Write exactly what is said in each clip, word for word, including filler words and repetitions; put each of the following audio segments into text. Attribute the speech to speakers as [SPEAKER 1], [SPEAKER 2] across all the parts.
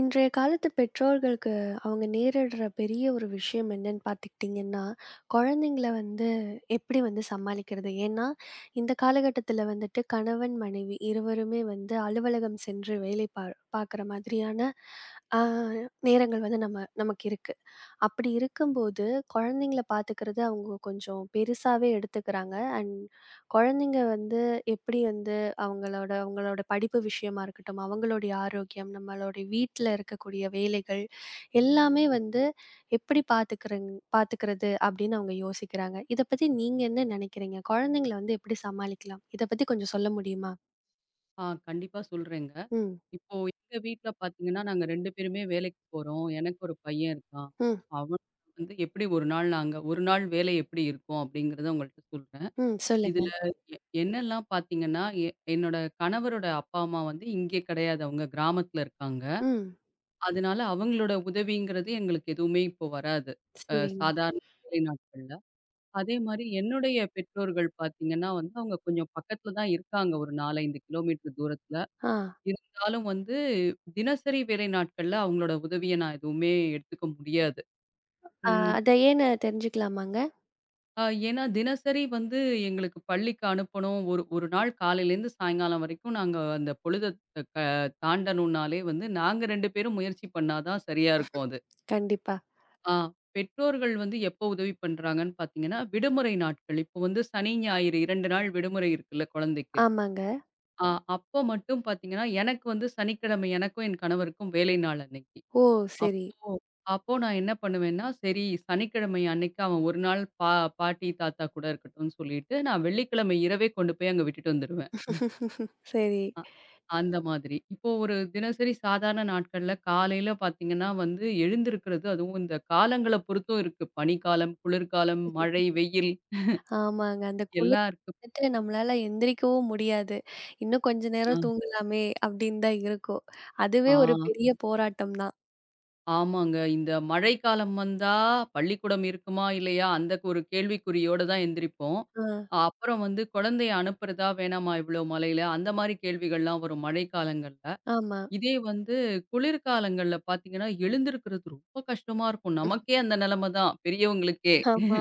[SPEAKER 1] இன்றைய காலத்து பெற்றோர்களுக்கு அவங்க நேரிடுற பெரிய ஒரு விஷயம் என்னன்னு பார்த்துக்கிட்டிங்கன்னா, குழந்தைங்கள வந்து எப்படி வந்து சமாளிக்கிறது? ஏன்னா, இந்த காலகட்டத்தில வந்துட்டு கணவன், மனைவி இருவருமே வந்து அலுவலகம் சென்று வேலை பா பார்க்குற மாதிரியான அ நேரங்கள் வந்து நம்ம நமக்கு இருக்கு. அப்படி இருக்கும்போது, குழந்தைங்கள பார்த்துக்கிறது அவங்க கொஞ்சம் பெருசாவே எடுத்துக்கிறாங்க. அண்ட் குழந்தைங்க வந்து எப்படி வந்து அவங்களோட அவங்களோட படிப்பு விஷயமா இருக்கட்டும், அவங்களுடைய ஆரோக்கியம், நம்மளுடைய வீட்ல இருக்கக்கூடிய வேலைகள் எல்லாமே வந்து எப்படி பார்த்துக்கிறங் பார்த்துக்கிறது அப்படின்னு அவங்க யோசிக்கிறாங்க. இத பத்தி நீங்க என்ன நினைக்கிறீங்க? குழந்தைங்கள வந்து எப்படி சமாளிக்கலாம்? இத பத்தி கொஞ்சம் சொல்ல முடியுமா?
[SPEAKER 2] ஆ கண்டிப்பா சொல்றேங்க.
[SPEAKER 1] ம்,
[SPEAKER 2] இப்போ எங்க வீட்ல பார்த்தீங்கன்னா, நாங்க இரண்டு பேருமே வேலைக்கு போறோம். எனக்கு ஒரு பையன் இருக்கான்.
[SPEAKER 1] ம்,
[SPEAKER 2] அவன் வந்து எப்படி ஒரு நாள் நாங்க ஒரு நாள் வேலை எப்படி இருக்கும் அப்படிங்கிறத உங்கள்ட்ட சொல்றேன்.
[SPEAKER 1] ம். சொல்லுங்க.
[SPEAKER 2] இதுல எ என்னெல்லாம் பார்த்தீங்கன்னா, எ என்னோட கணவரோட அப்பா, அம்மா வந்து இங்கே கிடையாது. அவங்க கிராமத்துல இருக்காங்க.
[SPEAKER 1] ம்.
[SPEAKER 2] அதனால அவங்களோட உதவிங்கிறது எங்களுக்கு எதுவுமே இப்போ வராது. அ
[SPEAKER 1] சரிங்க.
[SPEAKER 2] சாதாரண வேலை நாட்கள்ல. அதே மாரி என்னுடைய பெற்றோர்கள் பார்த்தீங்கன்னா வந்து, அவங்க கொஞ்சம் பக்கத்துல தான் இருக்காங்க. ஒரு நான்கு, ஐந்து கிலோமீட்டர் தூரத்துல.
[SPEAKER 1] ஆ.
[SPEAKER 2] இருந்தாலும் வந்து, தினசரி வேலை நாட்கள்ல அவங்களோட உதவிய நான் எதுவுமே எடுத்துக்க முடியாது.
[SPEAKER 1] அ
[SPEAKER 2] ம்.
[SPEAKER 1] அத ஏன்னு தெரிஞ்சுக்கலாமாங்க?
[SPEAKER 2] அ ஏன்னா தினசரி வந்து எங்களுக்கு பள்ளிக்கு அனுப்பணும். ஒரு ஒரு நாள் காலையிலேருந்து சாயங்காலம் வரைக்கும் நாங்க அந்த பொழுத க தாண்டணும்னாலே வந்து நாங்க இரண்டு பேரும் முயற்சி பண்ணா தான் சரியா இருக்கும் அது.
[SPEAKER 1] கண்டிப்பா.
[SPEAKER 2] ஆ பெற்றோர்கள் வந்து எப்போ உதவி பண்றாங்கன்னு பார்த்தீங்கன்னா, விடுமுறை நாட்கள். இப்போ வந்து சனி, ஞாயிறு இரண்டு நாள் விடுமுறை இருக்குல்ல குழந்தைக்கு.
[SPEAKER 1] ஆமாங்க.
[SPEAKER 2] ஆ அப்போ மட்டும் பார்த்தீங்கன்னா, எனக்கு வந்து சனிக்கிழமை எனக்கும் என் கணவருக்கும் வேலை நாள் அன்னைக்கு.
[SPEAKER 1] ஓ! சரி.
[SPEAKER 2] அப்போ நான் என்ன பண்ணுவேன்னா, சரி சனிக்கிழமை அன்னைக்கு அவன் ஒரு நாள் பா பாட்டி, தாத்தா கூட இருக்கட்டும்னு சொல்லிட்டு, நான் வெள்ளிக்கிழமை இரவே கொண்டு போய் அங்க விட்டுட்டு வந்துருவேன்.
[SPEAKER 1] சரி.
[SPEAKER 2] அ அந்த மாதிரி. இப்போ ஒரு தினசரி சாதாரண நாட்கள்ல காலையில பார்த்தீங்கன்னா வந்து எழுந்திருக்கிறது அதுவும் இந்த காலங்கள பொறுத்தும் இருக்கு. பனிக்காலம், குளிர்காலம், மழை, வெயில்
[SPEAKER 1] ஆமாங்க. அந்த குளிர்
[SPEAKER 2] எல்லாம் இருக்கு.
[SPEAKER 1] வந்துட்டு நம்மளால எந்திரிக்கவும் முடியாது. இன்னும் கொஞ்ச
[SPEAKER 2] ஆ,
[SPEAKER 1] நேரம் தூங்கலாமே அப்படின்னு தான் இருக்கும். அதுவே ஒரு
[SPEAKER 2] ஆ.
[SPEAKER 1] பெரிய போராட்டம் தான்.
[SPEAKER 2] ஆமாங்க. இந்த மழைக்காலம் வந்தா பள்ளிக்கூடம் இருக்குமா? இல்லையா? அந்த ஒரு கேள்விக்குறியோட தான் எந்திரிப்போம்.
[SPEAKER 1] ஆ.
[SPEAKER 2] அஹ் அப்புறம் வந்து குழந்தைய அனுப்புறதா? வேணாமா? இவ்ளோ மழையில? அந்த மாரி கேள்விகள்லாம் வரும் மழைக்காலங்கள்ல.
[SPEAKER 1] ஆமா.
[SPEAKER 2] இதே வந்து குளிர்காலங்கள்ல பார்த்தீங்கன்னா, எழுந்திருக்கிறது ரொம்ப கஷ்டமா இருக்கும். நமக்கே அந்த நிலைமை தான். பெரியவங்களுக்கு.
[SPEAKER 1] ஆமா.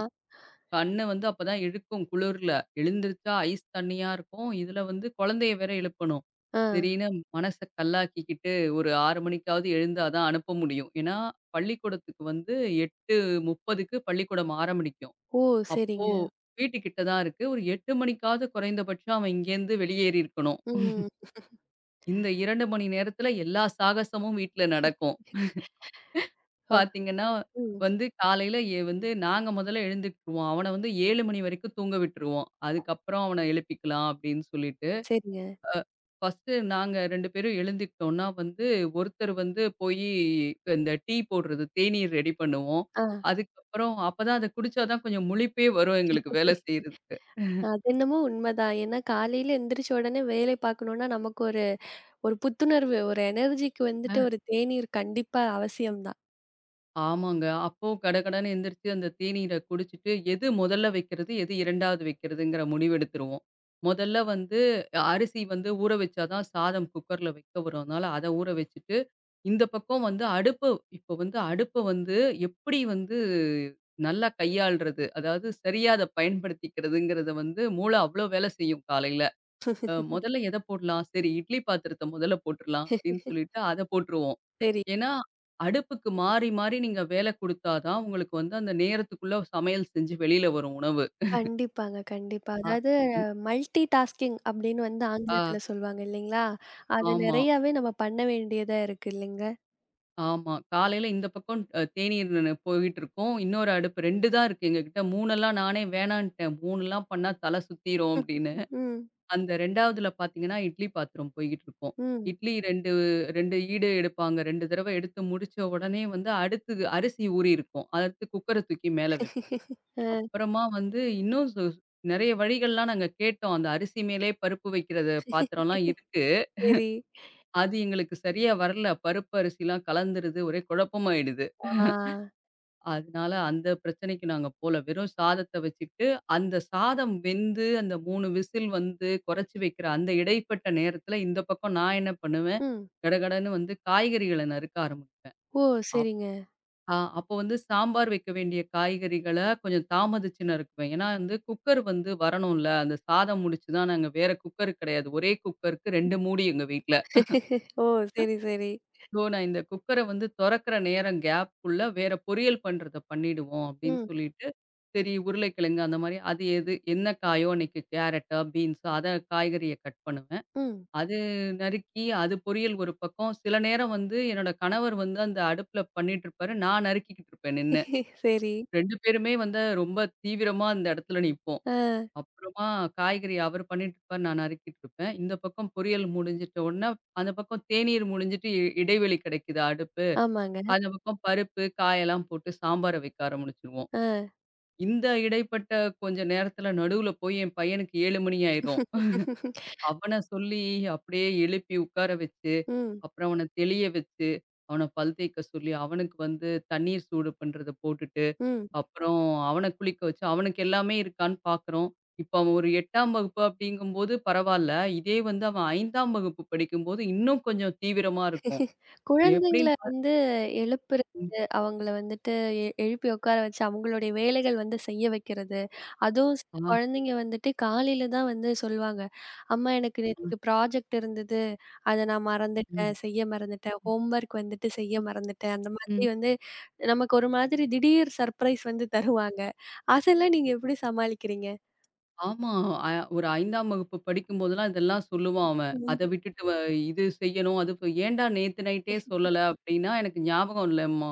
[SPEAKER 2] கண்ணு வந்து அப்பதான் இழுக்கும் குளிர்ல. எழுந்திரிச்சா ஐஸ் தண்ணியா இருக்கும். இதுல வந்து குழந்தைய வேற எழுப்பணும்.
[SPEAKER 1] ஆ.
[SPEAKER 2] சரின்னு மனச கல்லாக்கிக்கிட்டு ஒரு ஆறு மணிக்காவது எழுந்தா தான் அனுப்ப முடியும். ஏன்னா, பள்ளிக்கூடத்துக்கு வந்து 8:30க்கு பள்ளிக்கூடம் ஆரம்பிக்கும்.
[SPEAKER 1] ஓ!
[SPEAKER 2] அப்போ
[SPEAKER 1] சரிங்க.
[SPEAKER 2] வீட்டு கிட்ட தான் இருக்கு. ஒரு எட்டு மணிக்காவது குறைந்தபட்சம் அவன் இங்கேருந்து வெளியேறி இருக்கணும்.
[SPEAKER 1] ம்.
[SPEAKER 2] இந்த இரண்டு மணி நேரத்துல எல்லா சாகசமும் வீட்ல நடக்கும்.
[SPEAKER 1] ஓ!
[SPEAKER 2] பார்த்தீங்கன்னா,
[SPEAKER 1] ம்.
[SPEAKER 2] வந்து காலையில எ வந்து நாங்க மொதல்ல எழுந்துக்குருவோம். அவன வந்து ஏழு மணி வரைக்கும் தூங்க விட்டுருவோம். அதுக்கப்புறம் அவன எழுப்பிக்கலாம் அப்படின்னு சொல்லிட்டு.
[SPEAKER 1] சரிங்க.
[SPEAKER 2] ஃபர்ஸ்ட்டு நாங்க இரண்டு பேரும் எழுந்துக்கிட்டோம்னா வந்து, ஒருத்தர் வந்து போயி இந்த டீ போடுறது, தேநீர் ரெடி பண்ணுவோம்.
[SPEAKER 1] ஆ.
[SPEAKER 2] அதுக்கப்புறம் அப்பதான் அத குடிச்சா தான் கொஞ்சம் முழிப்பே வரும் எங்களுக்கு வேலை செய்றதுக்கு.
[SPEAKER 1] அது என்னமோ உண்மதான். ஏன்னா காலையில எந்திரிச்ச உடனே வேலை பார்க்கணும்னா நமக்கு ஒரு ஒரு புத்துணர்வு, ஒரு எனர்ஜிக்கு வந்துட்டு ஒரு தேநீர் கண்டிப்பா அவசியம் தான்.
[SPEAKER 2] ஆமாங்க. அப்போ கடகடன்னு எந்திரிச்சு அந்த தேநீர குடிச்சிட்டு, எது முதல்ல வைக்கிறது, எது இரண்டாவது வைக்கிறதுங்கிற முடிவெடுத்துருவோம். முதல்ல வந்து அரிசி வந்து ஊற வச்சா தான் சாதம் குக்கர்ல வைக்க வரும். அதனால அத ஊற வச்சுட்டு, இந்த பக்கம் வந்து அடுப்பு இப்போ வந்து அடுப்ப வந்து எப்படி வந்து நல்லா கையாள்றது? அதாவது சரியா அத பயன்படுத்திக்கிறதுங்கிறத வந்து மூளை அவ்ளோ வேலை செய்யும் காலையில. அ முதல்ல எத போடலாம்? சரி இட்லி பாத்திரத்த முதல்ல போட்டுறலாம் அப்படின்னு சொல்லிட்டு அத போட்டுருவோம்.
[SPEAKER 1] சரி.
[SPEAKER 2] ஏன்னா, அடுப்புக்கு மாறி, மாறி நீங்க வேல குடுத்தா தான் உங்களுக்கு வந்து அந்த நேரத்துக்குள்ள சமையல் செஞ்சு வெளியில வரும் உணவு.
[SPEAKER 1] கண்டிப்பாங்க, கண்டிப்பா.
[SPEAKER 2] அ
[SPEAKER 1] அதாவது
[SPEAKER 2] ம்,
[SPEAKER 1] மல்டி டாஸ்கிங் அப்படின்னு வந்து
[SPEAKER 2] ஆ,
[SPEAKER 1] ஆங்கிலத்துல சொல்வாங்க இல்லைங்களா? அது
[SPEAKER 2] ஆமா,
[SPEAKER 1] நெறையாவே நம்ம பண்ண வேண்டியதா இருக்கு இல்லைங்க?
[SPEAKER 2] ஆமா. காலையில இந்த பக்கம் அ தேநீர் ந போயிட்டுருக்கும். இன்னொரு அடுப்பு இரண்டு தான் இருக்கு எங்ககிட்ட. மூணு எல்லாம் நானே வேணான்ட்டேன். மூணு எல்லாம் பண்ணா தல சுத்திரும் அப்படின்னு.
[SPEAKER 1] ம்,
[SPEAKER 2] அந்த இரண்டாவதுல பார்த்தீங்கன்னா, இட்லி பாத்திரம் போய்க்கிட்டு இருக்கும்.
[SPEAKER 1] ம்.
[SPEAKER 2] இட்லி இரண்டு இரண்டு ஈடு எடுப்பாங்க. இரண்டு தடவ எடுத்து முடிச்ச உடனே வந்து அடுத்தது அரிசி ஊறியிருக்கும். அடுத்து குக்கர தூக்கி மேல வைப்போம்.
[SPEAKER 1] ஆ
[SPEAKER 2] அப்புறமா வந்து இன்னும் சு நெறைய வழிகள்லாம் நாங்க கேட்டோம். அந்த அரிசி மேலே பருப்பு வைக்கிறது பாத்திரம்லாம் இருக்கு.
[SPEAKER 1] சரி.
[SPEAKER 2] அது எங்களுக்கு சரியா வரல. பருப்பு அரிசிலாம் கலந்துருது. ஒரே குழப்பமாயிடுது.
[SPEAKER 1] ஆ.
[SPEAKER 2] அதனால அந்த பிரச்சனைக்கு நாங்க போல. வெறும் சாதத்த வச்சுக்கிட்டு, அந்த சாதம் வெந்து, அந்த மூன்று விசில் வந்து கொறச்சு வைக்கிற அந்த இடைப்பட்ட நேரத்துல, இந்த பக்கம் நான் என்ன பண்ணுவேன்,
[SPEAKER 1] ம்.
[SPEAKER 2] கடகடன்னு வந்து காய்கறிகள நறுக்க ஆரம்பிப்பேன்.
[SPEAKER 1] ஓ!
[SPEAKER 2] அப்
[SPEAKER 1] சரிங்க.
[SPEAKER 2] அ அப்போ வந்து சாம்பார் வைக்க வேண்டிய காய்கறிகள கொஞ்சம் தாமதிச்சு நறுக்குவேன். ஏன்னா வந்து குக்கர் வந்து வரணும்ல. அந்த சாதம் முடிச்சு தான் நாங்க வேற குக்கர் கெடையாது. ஒரே குக்கருக்கு இரண்டு மூடி எங்க வீட்ல.
[SPEAKER 1] ஓ! சரி, சரி.
[SPEAKER 2] இதோ நான் இந்த குக்கர வந்து தொறக்கிற நேரம் கேப்க்குள்ள வேற பொரியல் பண்றத பண்ணிடுவோம் அப்படின்னு
[SPEAKER 1] ம்,
[SPEAKER 2] சொல்லிட்டு, சரி உருளைக்கிழங்கு அந்த மாரி அது எது என்ன காயோ அன்னைக்கு கேரட்டா, பீன்ஸா அத காய்கறிய கட் பண்ணுவேன்.
[SPEAKER 1] ம்.
[SPEAKER 2] அது நறுக்கி அது பொரியல் ஒரு பக்கம். சில நேரம் வந்து என்னோட கணவர் வந்து அந்த அடுப்புல பண்ணிட்டுருப்பாரு. நான் நறுக்கிக்கிட்டு இருப்பேன் நின்னு.
[SPEAKER 1] சரி.
[SPEAKER 2] இரண்டு பேருமே வந்து ரொம்ப தீவிரமா அந்த இடத்துல நிப்போம்.
[SPEAKER 1] ஆ.
[SPEAKER 2] அப்புறமா காய்கறி அவர் பண்ணிட்டுருப்பாரு, நான் நறுக்கிட்டு இருப்பேன். இந்த பக்கம் பொரியல் முடிஞ்சிட்ட உடனே, அந்த பக்கம் தேநீர் முடிஞ்சிட்டு இ இடைவெளி கிடைக்குது அடுப்புல.
[SPEAKER 1] ஆமாங்க.
[SPEAKER 2] அந்த பக்கம் பருப்பு, காயெல்லாம் போட்டு சாம்பார வைக்க ஆரம்பிச்சுருவோம்.
[SPEAKER 1] ஆ.
[SPEAKER 2] இந்த இடைப்பட்ட கொஞ்ச நேரத்தில நடுவுல போய் என் பையனுக்கு ஏழு மணி ஆயிரும். அவன சொல்லி அப்படியே எழுப்பி உட்கார வச்சு,
[SPEAKER 1] ம்,
[SPEAKER 2] அப்புறம் அவன தெளிய வச்சு, அவன பல் தேய்க்க சொல்லி, அவனுக்கு வந்து தண்ணீர் சூடு பண்றத போட்டுட்டு,
[SPEAKER 1] ம்.
[SPEAKER 2] அப்புறம் அவன குளிக்க வச்சு, அவனுக்கு எல்லாமே இருக்கான்னு பார்க்குறோம். இப்ப அவன் ஒரு எட்டாம் வகுப்பு அப்படிங்கும்போது பரவால்ல. இதே வந்து அவன் ஐந்தாம் வகுப்பு படிக்கும்போது, இன்னும் கொஞ்சம் தீவிரமா இருக்கும்.
[SPEAKER 1] குழந்தைங்கள
[SPEAKER 2] எப்படின்னு பா
[SPEAKER 1] வந்து எழுப்புறது,
[SPEAKER 2] ம்.
[SPEAKER 1] அவங்கள வந்துட்டு எ எழுப்பி உட்கார வச்சு அவங்களுடைய வேலைகள் வந்து செய்ய வைக்கிறது. அதுவும் சில
[SPEAKER 2] ஆ.
[SPEAKER 1] குழந்தைங்க வந்துட்டு காலையில தான் வந்து சொல்லுவாங்க. "அம்மா எனக்கு நேத்துக்கு ப்ராஜெக்ட் இருந்தது. அத நான் மறந்துட்டேன்,
[SPEAKER 2] ம்.
[SPEAKER 1] செய்ய மறந்துட்டேன். ஹோம்வொர்க் வந்துட்டு செய்ய மறந்துட்டேன்." அந்த மாதிரி
[SPEAKER 2] ம்.
[SPEAKER 1] வந்து நமக்கு ஒரு மாதிரி திடீர் சர்ப்ரைஸ் வந்து தருவாங்க. அதெல்லாம் நீங்க எப்படி சமாளிக்கிறீங்க?
[SPEAKER 2] ஆமா. அ ஒரு ஐந்தாம் வகுப்பு படிக்கும்போதெல்லாம் இதெல்லாம் சொல்லுவான் அவன்.
[SPEAKER 1] ம்.
[SPEAKER 2] அத விட்டுட்டு வ இது செய்யணும், அது ப "ஏன்டா நேத்து நைட்டே சொல்லல?" அப்படின்னா, "எனக்கு ஞாபகம் இல்லம்மா."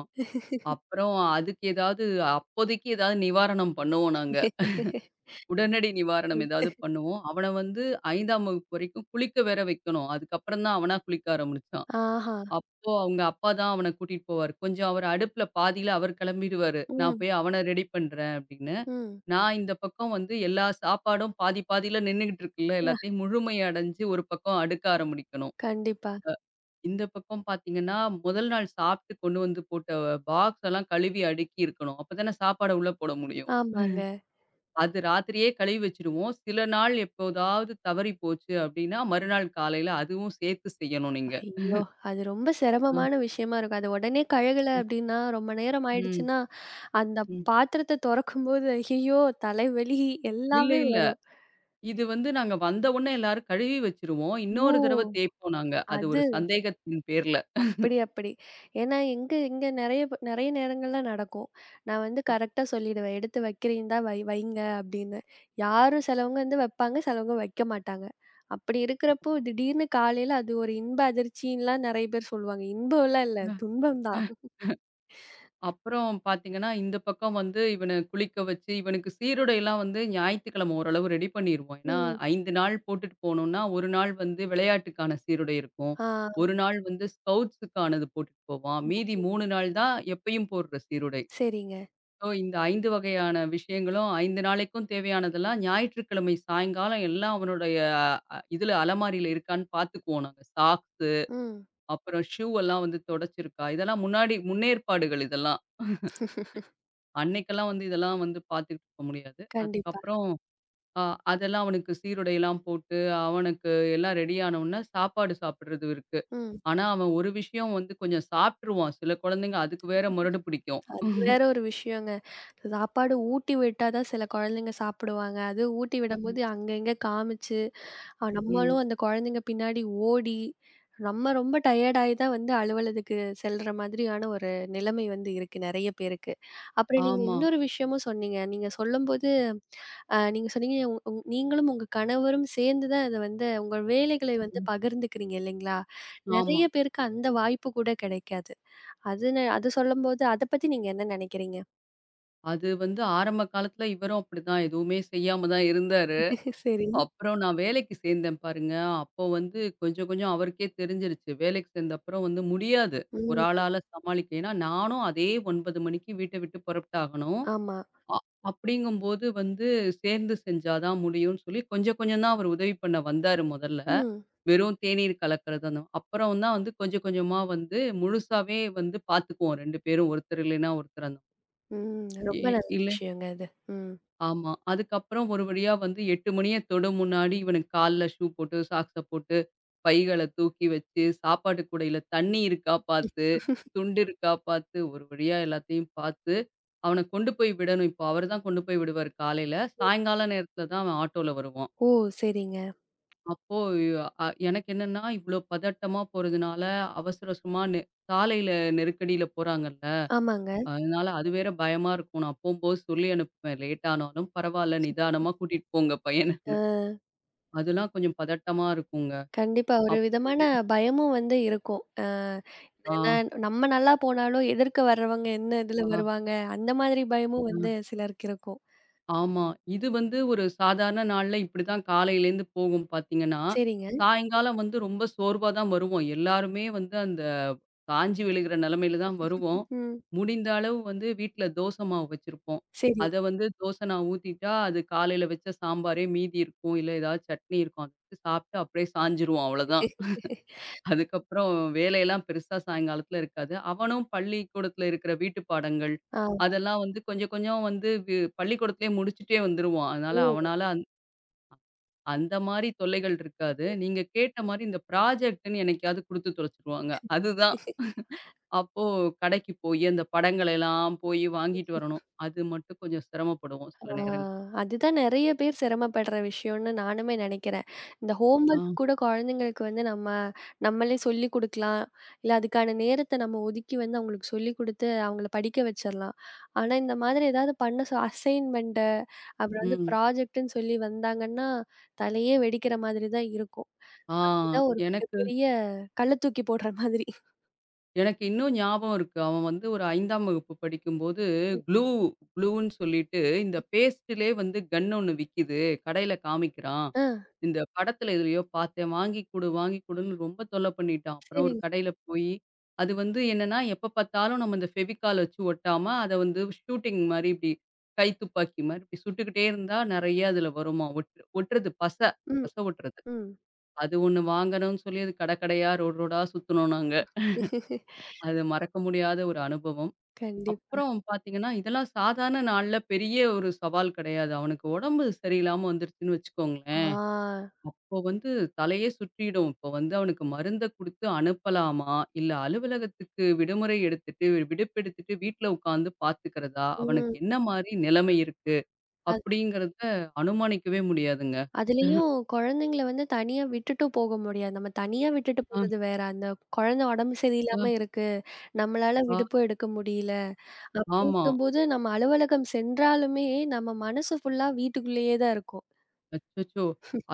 [SPEAKER 2] அப்புறம் அதுக்கு ஏதாவது அப்போதைக்கு ஏதாவது நிவாரணம் பண்ணுவோம் நாங்க. உடனடி நிவாரணம் ஏதாவது
[SPEAKER 1] ம்.
[SPEAKER 2] பண்ணுவோம். அவன வந்து ஐந்தாம் வகுப்பு வரைக்கும் குளிக்க வேற வைக்கணும். அதுக்கப்புறம் தான் அவனா குளிக்க ஆரம்பிச்சான்.
[SPEAKER 1] ஆஹா.
[SPEAKER 2] அப்போ அவங்க அப்பா தான் அவன கூட்டிட்டு போவாரு. கொஞ்சம் அவர் அடுப்புல பாதியில அவர் கிளம்பிடுவாரு. "நான்
[SPEAKER 1] ம்.
[SPEAKER 2] போய் அவன ரெடி பண்றேன்" அப்படின்னு.
[SPEAKER 1] ம்.
[SPEAKER 2] நான் இந்த பக்கம் வந்து எல்லா சாப்பாடும் பாதி பாதியில நின்னுகிட்டு இருக்குல்ல,
[SPEAKER 1] அ
[SPEAKER 2] எல்லாத்தையும் முழுமை அடைஞ்சு ஒரு பக்கம் அடுக்க ஆரம்பிக்கணும்.
[SPEAKER 1] கண்டிப்பா.
[SPEAKER 2] இந்த பக்கம் பார்த்தீங்கன்னா, முதல் நாள் சாப்பிட்டு கொண்டு வந்து போட்ட பாக்ஸ் எல்லாம் கழுவி அடுக்கி இருக்கணும். அப்பதானே சாப்பாட உள்ள போட முடியும்.
[SPEAKER 1] ஆமாங்க.
[SPEAKER 2] அது ராத்திரியே கழுவி வச்சுருவோம். சில நாள் எப்போதாவது தவறி போச்சு அப்படின்னா, மறுநாள் காலையில அதுவும் சேர்த்து செய்யணும் நீங்க.
[SPEAKER 1] ஐயோ! அது ரொம்ப
[SPEAKER 2] அ,
[SPEAKER 1] சிரமமான விஷயமா இருக்கும். அது உடனே கழுகல
[SPEAKER 2] ம்,
[SPEAKER 1] அப்டின்னா, ரொம்ப நேரம்
[SPEAKER 2] ம்,
[SPEAKER 1] ஆயிடுச்சுன்னா, அந்த
[SPEAKER 2] ம்.
[SPEAKER 1] பாத்திரத்த தொறக்கும்போது, ஐயய்யோ! தலைவலி
[SPEAKER 2] இல்ல,
[SPEAKER 1] எல்லாமே
[SPEAKER 2] இல்ல.
[SPEAKER 1] வரும்.
[SPEAKER 2] இது வந்து நாங்க வந்த உடனே எல்லாரும் கழுவி வச்சுருவோம்.
[SPEAKER 1] ஓ!
[SPEAKER 2] இன்னொரு தடவ தேய்ப்போம் நாங்க. அது
[SPEAKER 1] அது
[SPEAKER 2] ஒரு சந்தேகத்தின் பேர்ல.
[SPEAKER 1] அப்படி, அப்படி. ஏன்னா எங்க இங்க நெறைய ப நெறைய நேரங்கள்ல நடக்கும். நான் வந்து
[SPEAKER 2] ஆ,
[SPEAKER 1] கரெக்ட்டா சொல்லிடுவேன். "எடுத்து வைக்கிறீந்தா வை வைங்க" அப்படின்னு. யாரும் சிலவங்க வந்து வைப்பாங்க, சிலவங்க வைக்க மாட்டாங்க. அப்படி இருக்கிறப்போ,
[SPEAKER 2] ஆமா.
[SPEAKER 1] திடீர்னு காலையில அது ஒரு இன்ப அதிர்ச்சின்லாம் நெறைய பேர் சொல்லுவாங்க. இன்பம்லாம் இல்ல, துன்பம் தான்.
[SPEAKER 2] அப்புறம் பார்த்தீங்கன்னா, இந்த பக்கம் வந்து இவன குளிக்க வச்சு, இவனுக்கு சீருடைலாம் வந்து ஞாயித்துக்கிழமை ஓரளவு ரெடி பண்ணிருவோம். ஏன்னா,
[SPEAKER 1] ம்.
[SPEAKER 2] ஐந்து நாள் போட்டுட்டு போனோம்னா, ஒரு நாள் வந்து விளையாட்டுக்கான சீருடை இருக்கும்.
[SPEAKER 1] ஆ.
[SPEAKER 2] ஒரு நாள் வந்து ஸ்கவுட்ஸுக்கானது போட்டுட்டு போவான். மீதி மூன்று நாள் தான் எப்பயும் போடுற சீருடை.
[SPEAKER 1] சரிங்க.
[SPEAKER 2] ஸோ இந்த ஐந்து வகையான விஷயங்களும் ஐந்து நாளைக்கும் தேவையானதெல்லாம் ஞாயிற்றுக்கிழமை சாயங்காலம் எல்லாம் அவனுடைய அ இதுல அலமாரியில இருக்கான்னு பார்த்துக்குவோம் நாங்க. சாக்ஸு,
[SPEAKER 1] ம்.
[SPEAKER 2] அப்புறம் ஷூ எல்லாம் வந்து தொடைச்சிருக்கா, இதெல்லாம் முன்னாடி முன்னேற்பாடுகள் இதெல்லாம். அன்னைக்கெல்லாம் வந்து இதெல்லாம் வந்து பார்த்துக்கிட்டு இருக்க முடியாது.
[SPEAKER 1] கண்டிப்பா.
[SPEAKER 2] அதுக்கப்புறம் அ அதெல்லாம் அவனுக்கு சீருடைலாம் போட்டு, அவனுக்கு எல்லாம் ரெடி ஆனவுனே சாப்பாடு சாப்பிடுறது இருக்கு.
[SPEAKER 1] ம்.
[SPEAKER 2] ஆனா, அவன் ஒரு விஷயம் வந்து கொஞ்சம் சாப்ட்டுருவான். சில குழந்தைங்க அதுக்கு வேற முரடு பிடிக்கும்.
[SPEAKER 1] அது வேற ஒரு விஷயங்க. சாப்பாடு ஊட்டி விட்டா தான் சில குழந்தைங்க சாப்பிடுவாங்க. அது ஊட்டி
[SPEAKER 2] ம்.
[SPEAKER 1] விடும்போது அங்க இங்க காமிச்சு, அ
[SPEAKER 2] ம்.
[SPEAKER 1] நம்மளும் அந்த குழந்தைங்க பின்னாடி ஓடி, நம்ம ரொம்ப டயர்ட் ஆயி தான் வந்து அலுவலகத்துக்கு செல்ற மாதிரியான ஒரு நிலைமை வந்து இருக்கு நெறைய பேருக்கு. அப்புறம் நீங்க
[SPEAKER 2] ஆமா.
[SPEAKER 1] இன்னொரு விஷயமும் சொன்னீங்க. நீங்க சொல்லும்போது, அ நீங்க சொன்னீங்க உ உ நீங்களும் உங்க கணவரும் சேர்ந்து தான் இத வந்து உங்க வேலைகளை வந்து
[SPEAKER 2] ம்.
[SPEAKER 1] பகிர்ந்துக்கிறீங்க இல்லைங்களா?
[SPEAKER 2] ஆமா.
[SPEAKER 1] நெறைய பேருக்கு அந்த வாய்ப்பு கூட கிடைக்காது. அதுன்னு அது சொல்லும்போது, அத பத்தி நீங்க என்ன நெனைக்கிறீங்க?
[SPEAKER 2] அது வந்து ஆரம்ப காலத்துல இவரும் அப்படிதான். எதுவுமே செய்யாம தான் இருந்தாரு.
[SPEAKER 1] சரி.
[SPEAKER 2] அப்புறம் நான் வேலைக்கு சேர்ந்தேன் பாருங்க. அப்போ வந்து கொஞ்சம் கொஞ்சம் அவருக்கே தெரிஞ்சிருச்சு. வேலைக்கு சேர்ந்த அப்புறம் வந்து முடியாது. ஒரு
[SPEAKER 1] ம்.
[SPEAKER 2] ஆளால சமாளிக்க. ஏன்னா நானும் அதே ஒன்பது மணிக்கு வீட்ட விட்டு புறப்பட்டாகணும்.
[SPEAKER 1] ஆமா.
[SPEAKER 2] அ அப்படிங்கும்போது வந்து சேர்ந்து செஞ்சா தான் முடியும்னு சொல்லி கொஞ்சம் கொஞ்சம் தான் அவர் உதவி பண்ண வந்தாரு முதல்ல.
[SPEAKER 1] ம்.
[SPEAKER 2] வெறும் தேநீர் கலக்கிறது அந்த அப்புறம் தான் வந்து கொஞ்சம் கொஞ்சமா வந்து முழுசாவே வந்து பார்த்துக்குவோம் 2 பேரும். ஒருத்தர் இல்லைன்னா ஒருத்தர். அந்த
[SPEAKER 1] ம்.
[SPEAKER 2] எ
[SPEAKER 1] ரொம்ப நல்ல
[SPEAKER 2] இல்ல,
[SPEAKER 1] விஷயங்க அது. ம்.
[SPEAKER 2] ஆமா. அதுக்கப்புறம் ஒரு வழியா வந்து எட்டு மணிய தொடும் முன்னாடி இவனுக்கு கால்ல ஷூ போட்டு, சாக்ஸ போட்டு, பைகள தூக்கி வச்சு, சாப்பாட்டு கூடையில தண்ணி இருக்கா பார்த்து, துண்டு இருக்கா பார்த்து, ஒரு வழியா எல்லாத்தையும் பார்த்து, அவன கொண்டு போய் விடணும். இப்போ அவரு தான் கொண்டு போய் விடுவாரு காலையில. சாயங்கால நேரத்தில தான் அவன் ஆட்டோல வருவான்.
[SPEAKER 1] ஓ! சரிங்க.
[SPEAKER 2] அப்போ அ எனக்கு என்னன்னா, இவ்ளோ பதட்டமா போறதுனால அவசர அவசரமா நெ சாலையில நெருக்கடியில போறாங்கல்ல.
[SPEAKER 1] ஆமாங்க.
[SPEAKER 2] அதனால அது வேற பயமா இருக்கும். நான் போம்போது சொல்லி அனுப்புவேன். லேட் ஆனாலும் பரவால்ல, நிதானமா கூட்டிட்டு போங்க பையனன்னு.
[SPEAKER 1] அ
[SPEAKER 2] அதெல்லாம் கொஞ்சம் பதட்டமா இருக்குங்க.
[SPEAKER 1] கண்டிப்பா ஒரு
[SPEAKER 2] அப்
[SPEAKER 1] விதமான பயமும் வந்து இருக்கும். அ
[SPEAKER 2] ஆ,
[SPEAKER 1] ஏன்னா நம்ம நல்லா போனாலும், எதிர்க்க வர்றவங்க என்ன இதுல
[SPEAKER 2] ஆ,
[SPEAKER 1] வருவாங்க? அந்த மாதிரி பயமும்
[SPEAKER 2] ஆ.
[SPEAKER 1] வந்து சிலருக்கு இருக்கும்.
[SPEAKER 2] ஆமா. இது வந்து ஒரு சாதாரண நாள்ல இப்படிதான் காலையிலேருந்து போகும் பார்த்தீங்கன்னா,
[SPEAKER 1] சரிங்க.
[SPEAKER 2] சாயங்காலம் வந்து ரொம்ப சோர்வா தான் வருவோம். எல்லாருமே வந்து அந்த காய்ஞ்சு விழுகிற நிலைமையில தான் வருவோம்.
[SPEAKER 1] ம்.
[SPEAKER 2] முடிந்த அளவு வந்து வீட்ல தோசை மாவு வச்சிருப்போம்.
[SPEAKER 1] சரி.
[SPEAKER 2] அத வந்து தோசை நான் ஊத்திட்டா, அது காலையில வச்ச சாம்பாரே மீதி இருக்கும். இல்ல ஏதாவது சட்னி இருக்கும். அத வச்சு சாப்பிட்டு அப்படியே சாய்ஞ்சிருவோம் அவ்வளோதான். அதுக்கப்புறம் வேலையெல்லாம் பெருசா சாயங்காலத்துல இருக்காது. அவனும் பள்ளிக்கூடத்துல இருக்கிற வீட்டு பாடங்கள்,
[SPEAKER 1] ஆ.
[SPEAKER 2] அதெல்லாம் வந்து கொஞ்சம் கொஞ்சம் வந்து வி பள்ளிக்கூடத்திலேயே முடிச்சுட்டே வந்துருவான். அதனால
[SPEAKER 1] ஓ!
[SPEAKER 2] அவனால அந் அந்த மாரி தொல்லைகள் இருக்காது. நீங்க கேட்ட மாரி இந்த ப்ராஜெக்ட்ன்னு என்னைக்காவது குடுத்து தொலைச்சுருவாங்க. அதுதான் அப்போ கடைக்கு போயி அந்த படங்கள எல்லாம் போயி வாங்கிட்டு வரணும். அது மட்டும் கொஞ்சம் சிரமப்படுவோம்
[SPEAKER 1] ஆ,
[SPEAKER 2] சில நேரங்கள்.
[SPEAKER 1] அதுதான் நெறைய பேர் சிரமப்படுற விஷயம்னு நானுமே நெனைக்கிறேன். இந்த ஹோம்
[SPEAKER 2] ஆ.
[SPEAKER 1] ஒர்க் கூட குழந்தைங்களுக்கு வந்து நம்ம நம்மளே சொல்லிக் குடுக்கலாம். இல்ல அதுக்கான நேரத்த நம்ம ஒதுக்கி வந்து அவங்களுக்கு சொல்லிக் குடுத்து அவங்கள படிக்க வச்சிரலாம். ஆனா, இந்த மாதிரி ஏதாவது பண்ண சொ அசைன்மென்ட் அப்புறம் வந்து
[SPEAKER 2] ம்.
[SPEAKER 1] ப்ராஜெக்ட்ன்னு சொல்லி வந்தாங்கன்னா, தலையே வெடிக்கிற மாதிரி தான் இருக்கும்.
[SPEAKER 2] ஆ
[SPEAKER 1] இதுதான் ஒரு
[SPEAKER 2] எனக்கு
[SPEAKER 1] மிகப்பெரிய கல்ல தூக்கி போடுற மாதிரி.
[SPEAKER 2] எனக்கு இன்னும் ஞாபகம் இருக்கு. அவன் வந்து ஒரு 5ஆம் வகுப்பு படிக்கும்போது,
[SPEAKER 1] ம்.
[SPEAKER 2] க்ளூ க்ளூன்னு சொல்லிட்டு இந்த பேஸ்ட்டுலே வந்து கன் ஒண்ணு விக்கிது. கடையில காமிக்கிறான்.
[SPEAKER 1] ஆ,
[SPEAKER 2] இந்த படத்துல எதுலயோ பார்த்தேன். வாங்கி குடு, வாங்கி குடுன்னு ரொம்ப தொல்ல பண்ணிட்டான். அப்புறம் ஒரு
[SPEAKER 1] சரிங்க.
[SPEAKER 2] கடையில போயி, அது வந்து என்னன்னா, எப்ப பார்த்தாலும் நம்ம இந்த ஃபெவிகால் வச்சு ஒட்டாம, அத வந்து ஷூட்டிங் மாரி இப்டி கை துப்பாக்கி மாரி இப்டி சுட்டுக்கிட்டே இருந்தா நெறைய அதுல வருமாம். ஒட்டு ஒட்டுறது பச.
[SPEAKER 1] ம்,
[SPEAKER 2] பச ஒட்டுறது.
[SPEAKER 1] ம்.
[SPEAKER 2] அது ஒண்ணு வாங்கணும்னு சொல்லி அது கட கடையா ரோடு ரோடா சுத்துனோம் நாங்க. அது மறக்க முடியாத ஒரு அனுபவம்.
[SPEAKER 1] கண்டிப்பா.
[SPEAKER 2] அப்புறம் பார்த்தீங்கன்னா, இதெல்லாம் சாதாரண நாள்ல பெரிய ஒரு சவால் கிடையாது. அவனுக்கு உடம்பு சரியில்லாம வந்துருச்சுன்னு வச்சுக்கோங்களேன்,
[SPEAKER 1] ஆ.
[SPEAKER 2] அப்போ வந்து தலையே சுற்றிடும். இப்போ வந்து அவனுக்கு மருந்த குடுத்து அனுப்பலாமா? இல்ல அலுவலகத்துக்கு விடுமுறை எடுத்துட்டு, விடுப்பெடுத்துட்டு வீட்ல உட்காந்து பார்த்துக்கிறதா? அவனுக்கு
[SPEAKER 1] ம்.
[SPEAKER 2] என்ன மாரி நிலைமை இருக்கு? அப்படிங்கிறத அனுமானிக்கவே முடியாதுங்க.
[SPEAKER 1] அதுலயும் குழந்தைங்கள வந்து தனியா விட்டுட்டும் போக முடியாது. நம்ம தனியா விட்டுட்டு
[SPEAKER 2] ஆ,
[SPEAKER 1] போறது வேற. அந்த குழந்தை உடம்பு
[SPEAKER 2] ஆ,
[SPEAKER 1] சரியில்லாம இருக்கு. நம்மளால
[SPEAKER 2] ஆ,
[SPEAKER 1] விடுப்பு எடுக்க முடியல.
[SPEAKER 2] ஆமா.
[SPEAKER 1] அப்படிங்கும்போது நம்ம அலுவலகம் சென்றாலுமே நம்ம மனசு ஃபுல்லா வீட்டுக்குள்ளேயே தான் இருக்கும்.
[SPEAKER 2] அச்சச்சோ!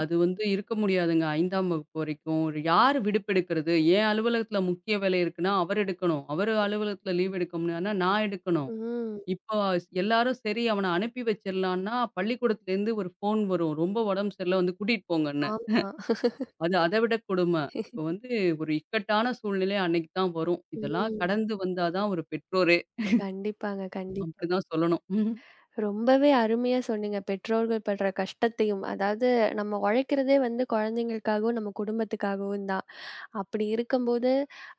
[SPEAKER 2] அது வந்து இருக்க முடியாதுங்க. ஐந்தாம் வகுப்பு வரைக்கும். யாரு விடுப்பெடுக்கிறது? என் அலுவலகத்தில முக்கிய வேலை இருக்குன்னா, அவர் எடுக்கணும். அவரு அலுவலகத்தில லீவ் எடுக்க முடியாதுன்னா, நான் எடுக்கணும்.
[SPEAKER 1] ம்.
[SPEAKER 2] இப்போ எல்லாரும் சரி அவன அனுப்பி வச்சிடலான்னா, பள்ளிக்கூடத்துலேருந்து ஒரு ஃபோன் வரும். ரொம்ப உடம்பு சரியில்ல வந்து கூட்டிட்டு போங்கன்னு.
[SPEAKER 1] ஆமா.
[SPEAKER 2] அது அத விட கொடும. இப்போ வந்து ஒரு இக்கட்டான சூழ்நிலை அன்னைக்கு தான் வரும். இதெல்லாம்
[SPEAKER 1] ம்.
[SPEAKER 2] கடந்து வந்தா தான் ஒரு பெற்றோரே!
[SPEAKER 1] கண்டிப்பாங்க, கண்டிப்பா.
[SPEAKER 2] அப்படிதான் சொல்லணும்.
[SPEAKER 1] ரொம்பவே அருமையா சொன்னீங்க. பெற்றோர்கள் படுற கஷ்டத்தையும், அதாவது நம்ம உழைக்கிறதே வந்து குழந்தைங்களுக்காகவும், நம்ம குடும்பத்துக்காகவும் தான். அப்படி இருக்கும்போது,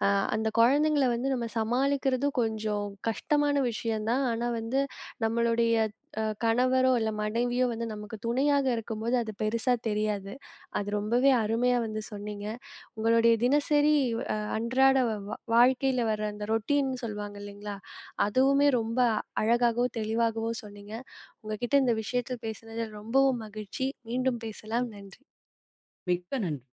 [SPEAKER 1] அ அந்த குழந்தைங்கள வந்து நம்ம சமாளிக்கிறதும் கொஞ்சம் கஷ்டமான விஷயம் தான். ஆனா வந்து நம்மளுடைய அ கணவரோ இல்ல மனைவியோ வந்து நமக்கு துணையாக இருக்கும்போது அது பெருசா தெரியாது. அது ரொம்பவே அருமையா வந்து சொன்னீங்க. உங்களுடைய தினசரி அ அன்றாட வ வாழ்க்கையில வர அந்த ரொட்டீன்னு சொல்லுவாங்க இல்லைங்களா? அதுவுமே ரொம்ப அழகாகவும், தெளிவாகவும் சொன்னீங்க. உங்க கிட்ட இந்த விஷயத்தில் பேசினது ரொம்பவும் மகிழ்ச்சி. மீண்டும் பேசலாம். நன்றி.
[SPEAKER 2] மிக்க நன்றி.